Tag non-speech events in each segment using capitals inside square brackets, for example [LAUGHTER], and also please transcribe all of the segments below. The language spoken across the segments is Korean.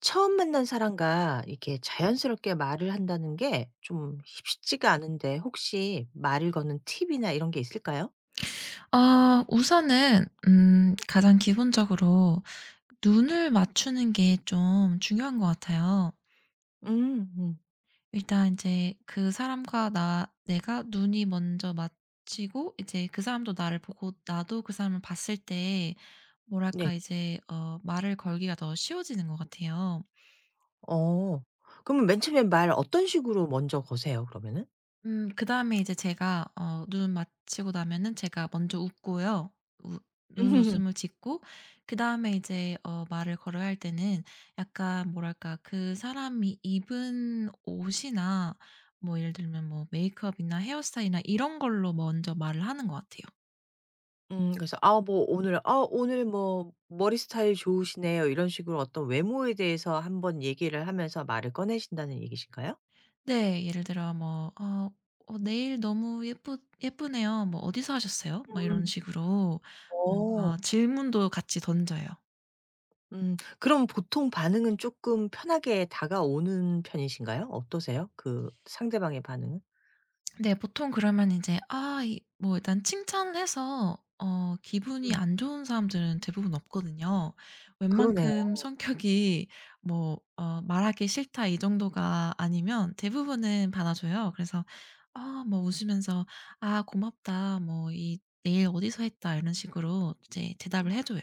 처음 만난 사람과 이렇게 자연스럽게 말을 한다는 게 좀 쉽지가 않은데 혹시 말을 거는 팁이나 이런 게 있을까요? 아, 우선은 가장 기본적으로 눈을 맞추는 게 좀 중요한 것 같아요. 음. 음. 일단 이제 그 사람과 나 내가 눈이 먼저 맞추고 이제 그 사람도 나를 보고 나도 그 사람을 봤을 때 네. 뭐랄까 이제 말을 걸기가 더 쉬워지는 것 같아요. 어. 그러면 맨 처음에 말 어떤 식으로 먼저 거세요 그러면은? 그다음에 이제 제가 눈 마치고 나면은 제가 먼저 웃고요. 눈웃음을 [LAUGHS] 짓고 그다음에 이제 말을 걸어야 할 때는 약간 뭐랄까 그 사람이 입은 옷이나 뭐 예를 들면 뭐 메이크업이나 헤어스타일이나 이런 걸로 먼저 말을 하는 것 같아요. 그래서 "아 뭐 오늘 아 오늘 뭐 머리 스타일 좋으시네요." 이런 식으로 어떤 외모에 대해서 한번 얘기를 하면서 말을 꺼내신다는 얘기신가요? 네. 예를 들어 뭐 네일 너무 예쁘네요." 뭐 "어디서 하셨어요?" 막 이런 음. 식으로 어. 뭔가 질문도 같이 던져요. 음. 그럼 보통 반응은 조금 편하게 다가오는 편이신가요? 어떠세요? 그 상대방의 반응은? 네. 보통 그러면 이제 아 이 뭐 일단 칭찬을 해서 기분이 음. 안 좋은 사람들은 대부분 없거든요. 그러네요. 웬만큼 성격이 뭐 '말하기 싫다.' 이 정도가 아니면 대부분은 받아줘요. 그래서 아 뭐 웃으면서 "아 고맙다." 뭐 "이 내일 어디서 했다." 이런 식으로 이제 대답을 해 줘요.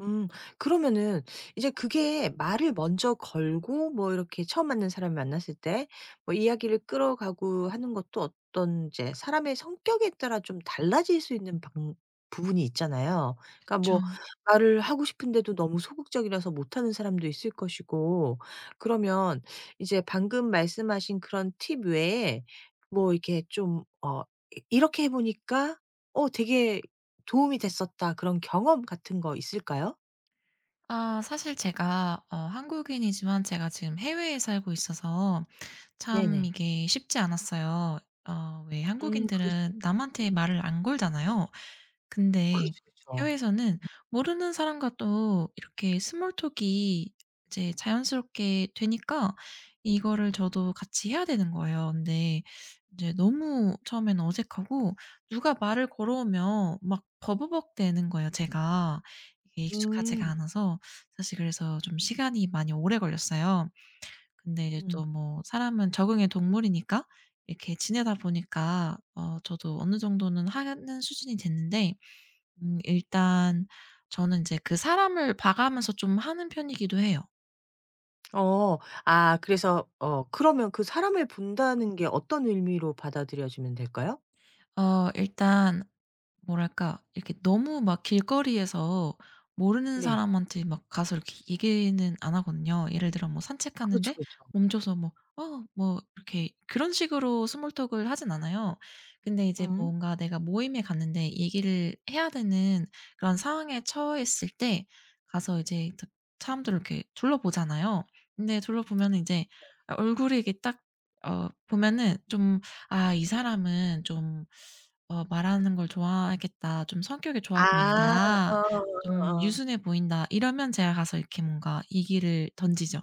음. 그러면은 이제 그게 말을 먼저 걸고 뭐 이렇게 처음 만난 사람을 만났을 때 뭐 이야기를 끌어가고 하는 것도 어떤 이제 사람의 성격에 따라 좀 달라질 수 있는 방 부분이 있잖아요. 그러니까 그뭐 말을 하고 싶은데도 너무 소극적이라서 못하는 사람도 있을 것이고, 그러면 이제 방금 말씀하신 그런 팁 외에 뭐 이렇게 좀 어 이 이렇게 해 보니까 '어 되게 도움이 됐었다.' 그런 경험 같은 거 있을까요? 아 사실 제가 한국인이지만 제가 지금 해외에 살고 있어서 참 네네. 이게 쉽지 않았어요. 왜 그러시 한국인들은 남한테 말을 안 걸잖아요. 근데 그렇죠, 그렇죠. 해외에서는 모르는 사람과 또 이렇게 스몰 톡이 이제 자연스럽게 되니까 이거를 저도 같이 해야 되는 거예요. 근데 이제 너무 처음에는 어색하고 누가 말을 걸어오면 막 버버벅대는 거예요, 제가. 이게 익숙하지가 음. 않아서 사실 그래서 좀 시간이 많이 오래 걸렸어요. 근데 이제 또 음. 뭐 사람은 적응의 동물이니까 이렇게 지내다 보니까 저도 어느 정도는 하는 수준이 됐는데 일단 저는 이제 그 사람을 봐가면서 좀 하는 편이기도 해요. 어. 아 그래서 그러면 그 사람을 본다는 게 어떤 의미로 받아들여지면 될까요? 일단 뭐랄까 이렇게 너무 막 길거리에서 모르는 네. 사람한테 막 가서 이렇게 얘기는 안 하거든요. 예를 들어 뭐 그렇죠, 산책하는데 그렇죠. 멈춰서 뭐 "어 뭐" 이렇게 그런 식으로 스몰 톡을 하진 않아요. 근데 이제 음. 뭔가 내가 모임에 갔는데 얘기를 해야 되는 그런 상황에 처했을 때 가서 이제 사람들을 이렇게 둘러보잖아요. 근데 둘러보면 이제 얼굴이 이렇게 딱 보면은 좀 '아 이 사람은 좀' '말하는 걸 좋아하겠다. 좀 성격이 아. 좋아 보인다. 좀 어어어어. 유순해 보인다.' 이러면 제가 가서 이렇게 뭔가 얘기를 던지죠.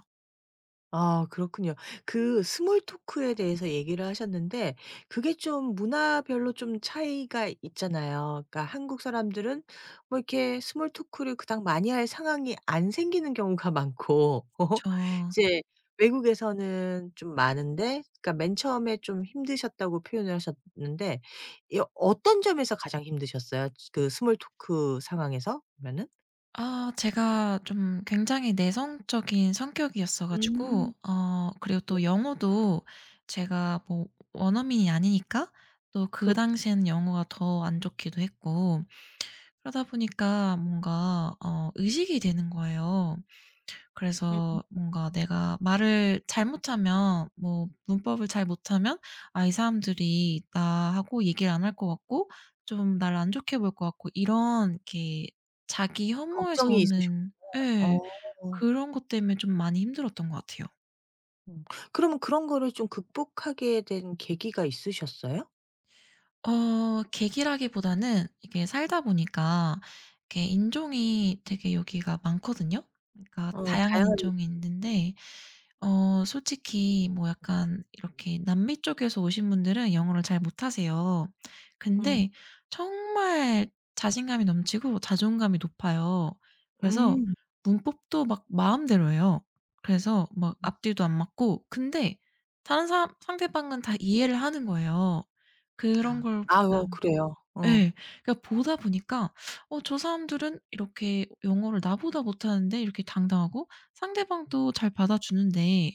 아 그렇군요. 그 스몰 토크에 대해서 얘기를 하셨는데, 그게 좀 문화별로 좀 차이가 있잖아요. 그러니까 한국 사람들은 뭐 이렇게 스몰 토크를 그닥 많이 할 상황이 안 생기는 경우가 많고 [LAUGHS] 어? 저 이제 외국에서는 좀 많은데, 그러니까 맨 처음에 좀 힘드셨다고 표현을 하셨는데 이 어떤 점에서 가장 힘드셨어요? 그 스몰 토크 상황에서 보면은? 아 제가 좀 굉장히 내성적인 성격이었어 가지고 음. 그리고 네. 또 영어도 제가 뭐 원어민이 아니니까 또 그 그 당시에는 영어가 더 안 좋기도 했고, 그러다 보니까 뭔가 의식이 되는 거예요. 음. 그래서 뭔가 내가 말을 잘못하면, 뭐 문법을 잘 못하면 '아 이 사람들이 나하고 얘기를 안 할 것 같고 좀 나를 안 좋게 볼 것 같고' 이런 이렇게 자기 혐오에서 걱정이 있으셨 오는, 예. 어. 그런 것 때문에 좀 많이 힘들었던 것 같아요. 음. 그러면 그런 거를 좀 극복하게 된 계기가 있으셨어요? 계기라기보다는 이게 살다 보니까 이렇게 인종이 되게 여기가 많거든요. 그러니까 어 다양한 다양한. 인종이 있는데, 솔직히 뭐 약간 이렇게 남미 쪽에서 오신 분들은 영어를 잘 못하세요. 음. 근데 정말 자신감이 넘치고 자존감이 높아요. 그래서 음. 문법도 막 마음대로 해요. 그래서 막 앞뒤도 안 맞고, 근데 다른 사람 상대방은 다 이해를 하는 거예요. 아. 그런 걸 아 보다 그래요. 어. 예. 그러니까 보다 보니까 저 사람들은 이렇게 영어를 나보다 못하는데 이렇게 당당하고 상대방도 잘 받아주는데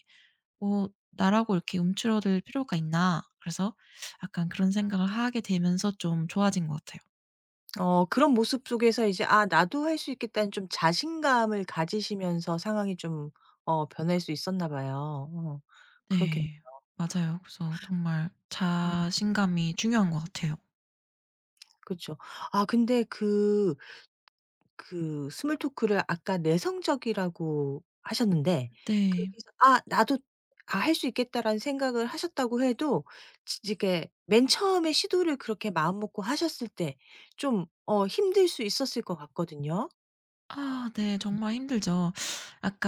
뭐 나라고 이렇게 움츠러들 필요가 있나.' 그래서 약간 그런 생각을 하게 되면서 좀 좋아진 것 같아요. 그런 모습 속에서 이제 '아 나도 할 수 있겠다.'는 좀 자신감을 가지시면서 상황이 좀 변할 수 있었나 봐요. 어. 그렇겠 네, 맞아요. 그래서 정말 음. 자신감이 중요한 것 같아요. 그쵸. 아 근데 그 스몰 토크를 아까 내성적이라고 하셨는데, 네. 그렇게 해서 '아 나도 아 할 수 있겠다.'라는 생각을 하셨다고 해도 지 이게 맨 처음에 시도를 그렇게 마음먹고 하셨을 때 좀 힘들 수 있었을 것 같거든요. 아, 네. 정말 힘들죠.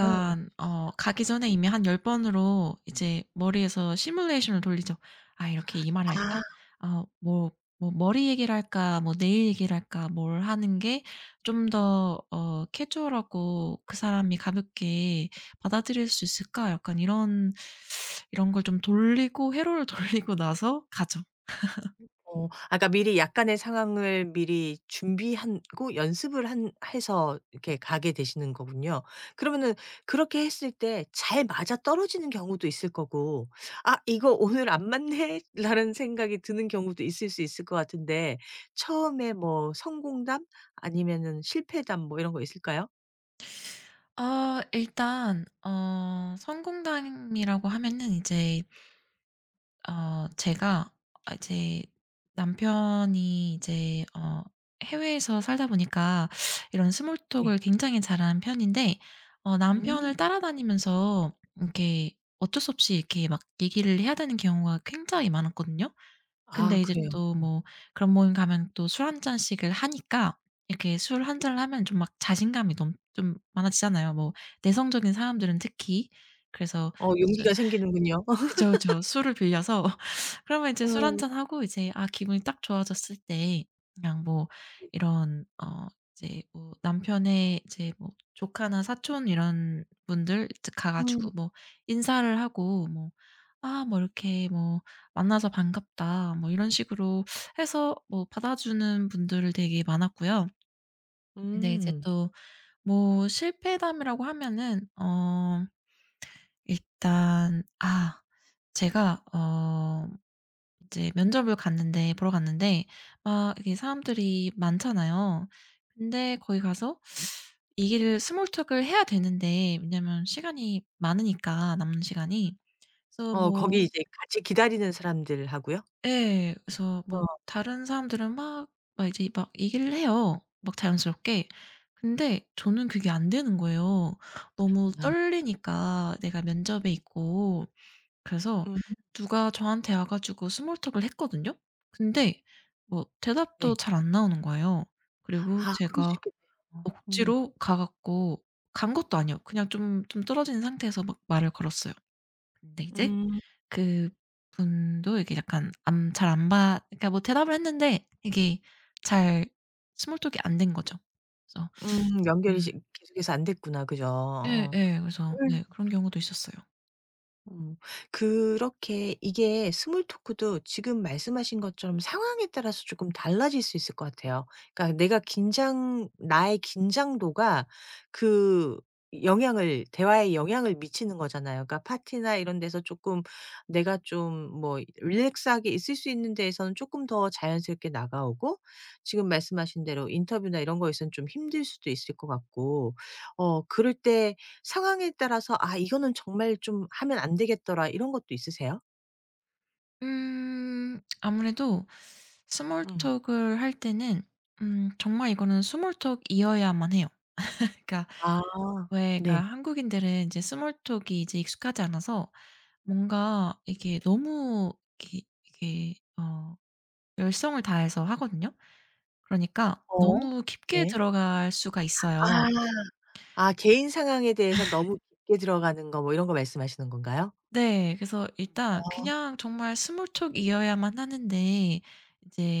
어떠셨어요? 가기 전에 이미 한 열 번으로 이제 머리에서 시뮬레이션을 돌리죠. '아 이렇게 이 말을 할까? 뭐 뭐 머리 얘기를 할까? 뭐 네일 얘기를 할까?' 뭘 하는 게 좀 더 캐주얼하고 '그 사람이 가볍게 받아들일 수 있을까?' 약간 이런 걸 좀 돌리고, 회로를 [LAUGHS] 돌리고 나서 가죠. 어. 아까 미리 약간의 상황을 미리 준비하고 연습을 한 해서 이렇게 가게 되시는 거군요. 그러면은 그렇게 했을 때 잘 맞아떨어지는 경우도 있을 거고 '아 이거 오늘 안 맞네.'라는 [LAUGHS] 생각이 드는 경우도 있을 수 있을 것 같은데, 처음에 뭐 성공담 아니면은 실패담 뭐 이런 거 있을까요? 아 일단 성공담이라고 하면은 이제, 제가, 아 이제 남편이 이제 해외에서 살다 보니까 이런 스몰 네. 톡을 굉장히 잘하는 편인데, 음. 남편을 따라다니면서 이렇게 어쩔 수 없이 이렇게 막 얘기를 해야 되는 경우가 굉장히 많았거든요. 아 근데 이제 그래요. 또 음. 어. 뭐 그런 모임 가면 또 술 한 잔씩을 하니까, 이렇게 술 한 잔을 하면 좀 막 자신감이 너무 좀 많아지잖아요, 뭐 내성적인 사람들은 특히. 그래서, 용기가 생기는군요. [LAUGHS] 그죠, 그죠. 술을 빌려서 [LAUGHS] 그러면 이제 술 한 어. 잔 하고 이제 아 기분이 딱 좋아졌을 때 그냥 뭐 네. 이런, 이제 뭐 남편의 이제 뭐 조카나 사촌 이런 분들 이제 가 음. 가지고 뭐 인사를 하고 뭐 "아 뭐 이렇게 뭐 만나서 반갑다." 뭐 이런 식으로 해서 뭐 받아주는 분들 되게 많았고요. 근데 이제 음. 또 뭐 실패담이라고 하면은, 일단 아 제가 이제 면접을 갔는데 보러 갔는데 막 이렇게 사람들이 많잖아요. 근데 거기 가서 이 길을 스몰 톡을 해야 되는데, 왜냐면 시간이 많으니까, 남는 시간이. 그래서 거기 뭐, 이제 같이 기다리는 사람들하고요? 예. 그래서 뭐 어. 다른 사람들은 막 이제 막 얘기를 해요, 막 자연스럽게. 근데 저는 그게 안 되는 거예요. 너무 아. 떨리니까, 내가 면접에 있고. 그래서 음. 누가 저한테 와 가지고 스몰 톡을 했거든요. 근데 뭐 대답도 네. 잘 안 나오는 거예요. 그리고 아 그럴 수 제가 있겠네요. 음. 억지로 가 갖고 간 것도 아니에요. 그냥 좀 떨어진 상태에서 막 말을 걸었어요. 근데 이제 음. 그분도 이게 약간 안 잘 안 받 그러니까 뭐 대답을 했는데 이게 잘 스몰 톡이 안 된 거죠. 그래서 음. 연결이 음 지 계속해서 안 됐구나. 그죠? 어. 예예. 그래서 그럴 네, 그런 경우도 있었어요. 어. 그렇게 이게 스몰 토크도 지금 말씀하신 것처럼 상황에 따라서 조금 달라질 수 있을 것 같아요. 그러니까 내가 긴장 나의 긴장도가 그 영향을 대화에 영향을 미치는 거잖아요. 그러니까 파티나 이런 데서 조금 내가 좀 뭐 릴렉스하게 있을 수 있는 데에서는 조금 더 자연스럽게 나가오고 지금 말씀하신 대로 인터뷰나 이런 거에선 좀 힘들 수도 있을 것 같고. 그럴 때 상황에 따라서 '아 이거는 정말 좀 하면 안 되겠더라.' 이런 것도 있으세요? 음. 아무래도 스몰 음. 톡을 할 때는 정말 이거는 스몰 톡이어야만 해요. [LAUGHS] 그러니까 아 왜, 그러니까 네. 한국인들은 이제 스몰 톡이 이제 익숙하지 않아서 뭔가 이게 너무 이게 열성을 다해서 하거든요. 그러니까 어. 너무 깊게 네. 들어갈 수가 있어요. 아. 아 개인 상황에 대해서 너무 깊게 들어가는 거 뭐 이런 거 말씀하시는 건가요? 네. 그래서 일단 어. 그냥 정말 스몰 톡이어야만 하는데,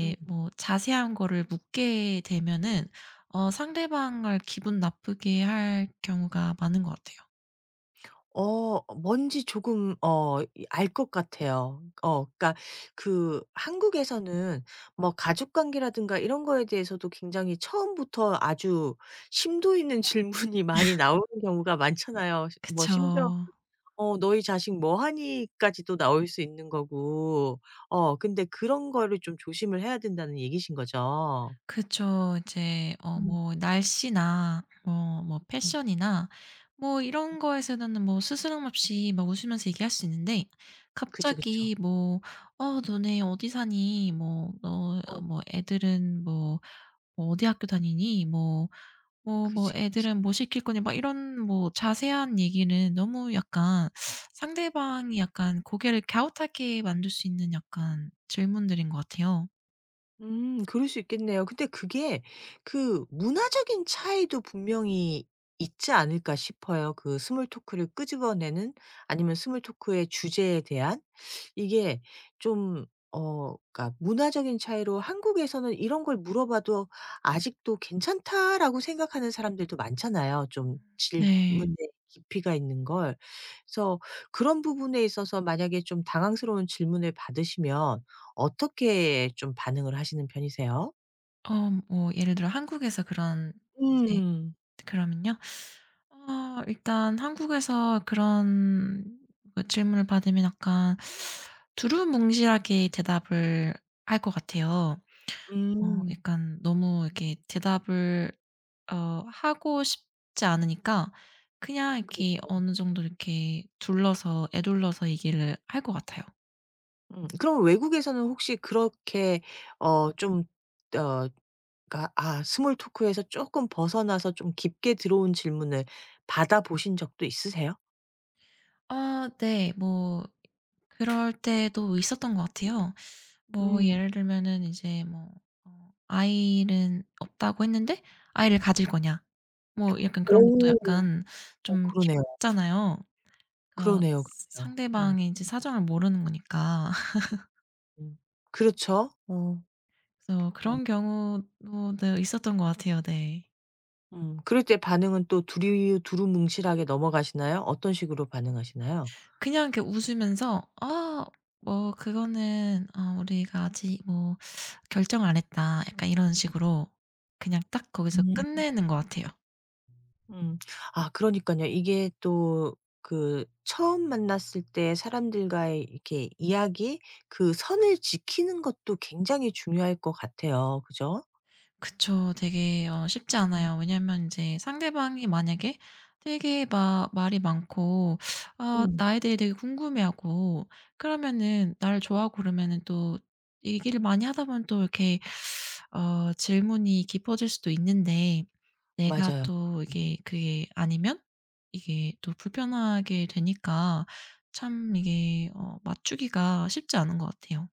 음. 뭐 자세한 거를 묻게 되면은 상대방을 기분 나쁘게 할 경우가 많은 것 같아요. 뭔지 조금 알 것 같아요. 그러니까 그 한국에서는 뭐 가족 관계라든가 이런 거에 대해서도 굉장히 처음부터 아주 심도 있는 [LAUGHS] 질문이 많이 나오는 경우가 많잖아요. 시 뭐 그쵸. 심지어 "너희 자식 뭐 하니?"까지도 나올 수 있는 거고. 근데 그런 거를 좀 조심을 해야 된다는 얘기신 거죠? 그쵸. 이제 음. 뭐 날씨나 뭐 뭐 음. 패션이나 뭐 이런 거에서는 뭐 스스럼 없이 막 웃으면서 얘기할 수 있는데, 그쵸, 그쵸. 갑자기 뭐 "어 너네 어디 사니?" 뭐 "너 어 어 뭐 애들은 뭐" 뭐 "어디 학교 다니니?" 뭐 뭐 뭐 그치, 그치. "애들은 뭐 시킬 거니?" 막 이런, 뭐 자세한 얘기는 너무 약간 상대방이 약간 고개를 갸웃하게 만들 수 있는 약간 질문들인 것 같아요. 그럴 수 있겠네요. 근데 그게 그 문화적인 차이도 분명히 있지 않을까 싶어요. 그 스몰 토크를 끄집어내는, 아니면 스몰 토크의 주제에 대한 이게 좀 그러니까 문화적인 차이로 한국에서는 이런 걸 물어봐도 아직도 괜찮다라고 생각하는 사람들도 많잖아요. 좀 음. 네. 네. 질문의 깊이가 있는 걸. 그래서 그런 부분에 있어서 만약에 좀 당황스러운 질문을 받으시면 어떻게 좀 반응을 하시는 편이세요? 뭐 예를 들어 한국에서 그런, 이제 음. 그러면요. 일단 한국에서 그런 그 질문을 받으면 약간 두루뭉실하게 대답을 할 것 같아요. 음. 약간 너무 이렇게 대답을 어 하고 싶지 않으니까 그냥 이렇게 그렇죠. 어느 정도 이렇게 둘러서 에둘러서 얘기를 할 것 같아요. 음. 그럼 외국에서는 혹시 그렇게 좀 어 그러니까 아 스몰 토크에서 쪼끔 벗어나서 좀 깊게 들어온 질문을 받아보신 적도 있으세요? 아, 네. 뭐 그럴 때도 있었던 것 같아요. 뭐 음. 예를 들면은 이제 뭐 "아이는 없다고 했는데 아이를 가질 거냐?" 뭐 약간 그런 것도 오. 약간 좀 그러네요. 깊잖아요. 그러니까 그러네요, 그러네요. 어. 상대방의 이제 사정을 모르는 거니까. 음. 그렇죠. 어. 그래서 어. 그런 경우도, 네, 있었던 것 같아요. 네. 음. 그럴 때 반응은 또 두리 두루뭉실하게 넘어가시나요? 어떤 식으로 반응하시나요? 그냥 이렇게 웃으면서 "아 뭐 그거는 우리가 아직 뭐 결정 안 했다." 약간 이런 식으로 그냥 딱 거기서 음. 끝내는 것 같아요. 음. 아 그러니까요, 이게 또 그 처음 만났을 때 사람들과의 이렇게 이야기 그 선을 지키는 것도 굉장히 중요할 것 같아요. 그죠? 그쵸. 되게 쉽지 음. 않아요. 왜냐면 이제 상대방이 만약에 되게 막 말이 많고, 아 음. 나에 대해 되게 궁금해하고 그러면은, 나를 좋아하고 그러면은 또 얘기를 많이 하다 보면 또 이렇게 질문이 깊어질 수도 있는데 내가 맞아요. 또 이게 그게 아니면 이게 또 불편하게 되니까, 참 이게 맞추기가 쉽지 않은 것 같아요.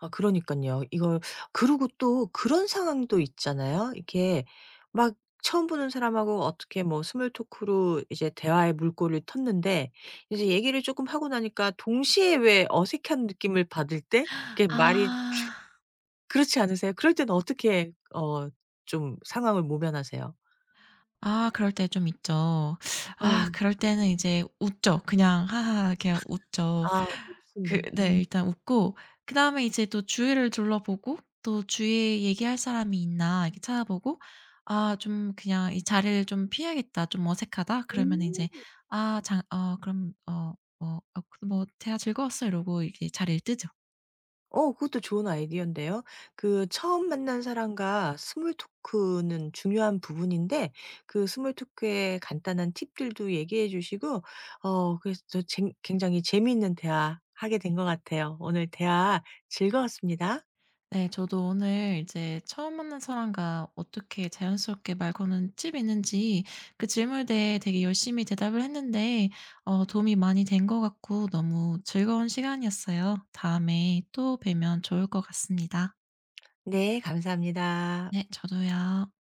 아 그러니까요 이걸 그리고 또 그런 상황도 있잖아요. 이렇게 막 처음 보는 사람하고 어떻게 뭐 스몰 토크로 이제 대화의 물꼬를 텄는데 이제 얘기를 조금 하고 나니까 동시에 왜 어색한 느낌을 받을 때 이렇게 말이 아. 그렇지 않으세요? 그럴 때는 어떻게 좀 상황을 모면하세요? 아 그럴 때 좀 있죠. 어. 아 그럴 때는 이제 웃죠. 그냥 "하하." 그냥 웃죠. 아 그 무슨 네 일단 웃고 그다음에 이제 또 주위를 둘러보고 또 주위에 얘기할 사람이 있나 이렇게 찾아보고 '아 좀 그냥 이 자리를 좀 피해야겠다. 좀 어색하다.' 그러면은 이제 음. '아 장 그럼, 뭐, 그 뭐 대화 즐거웠어.' 이러고 이렇게 자리를 뜨죠. 그것도 좋은 아이디어인데요. 그 처음 만난 사람과 스몰 토크는 중요한 부분인데, 그 스몰 토크의 간단한 팁들도 얘기해 주시고 그래서 저 쟁 굉장히 재미있는 대화하게 된 것 같아요. 오늘 대화 즐거웠습니다. 네, 저도 오늘 이제 처음 만난 사람과 어떻게 자연스럽게 말 거는 팁이 있는지, 그 질문에 되게 열심히 대답을 했는데 도움이 많이 된 것 같고 너무 즐거운 시간이었어요. 다음에 또 뵈면 좋을 것 같습니다. 네 감사합니다. 네, 저도요.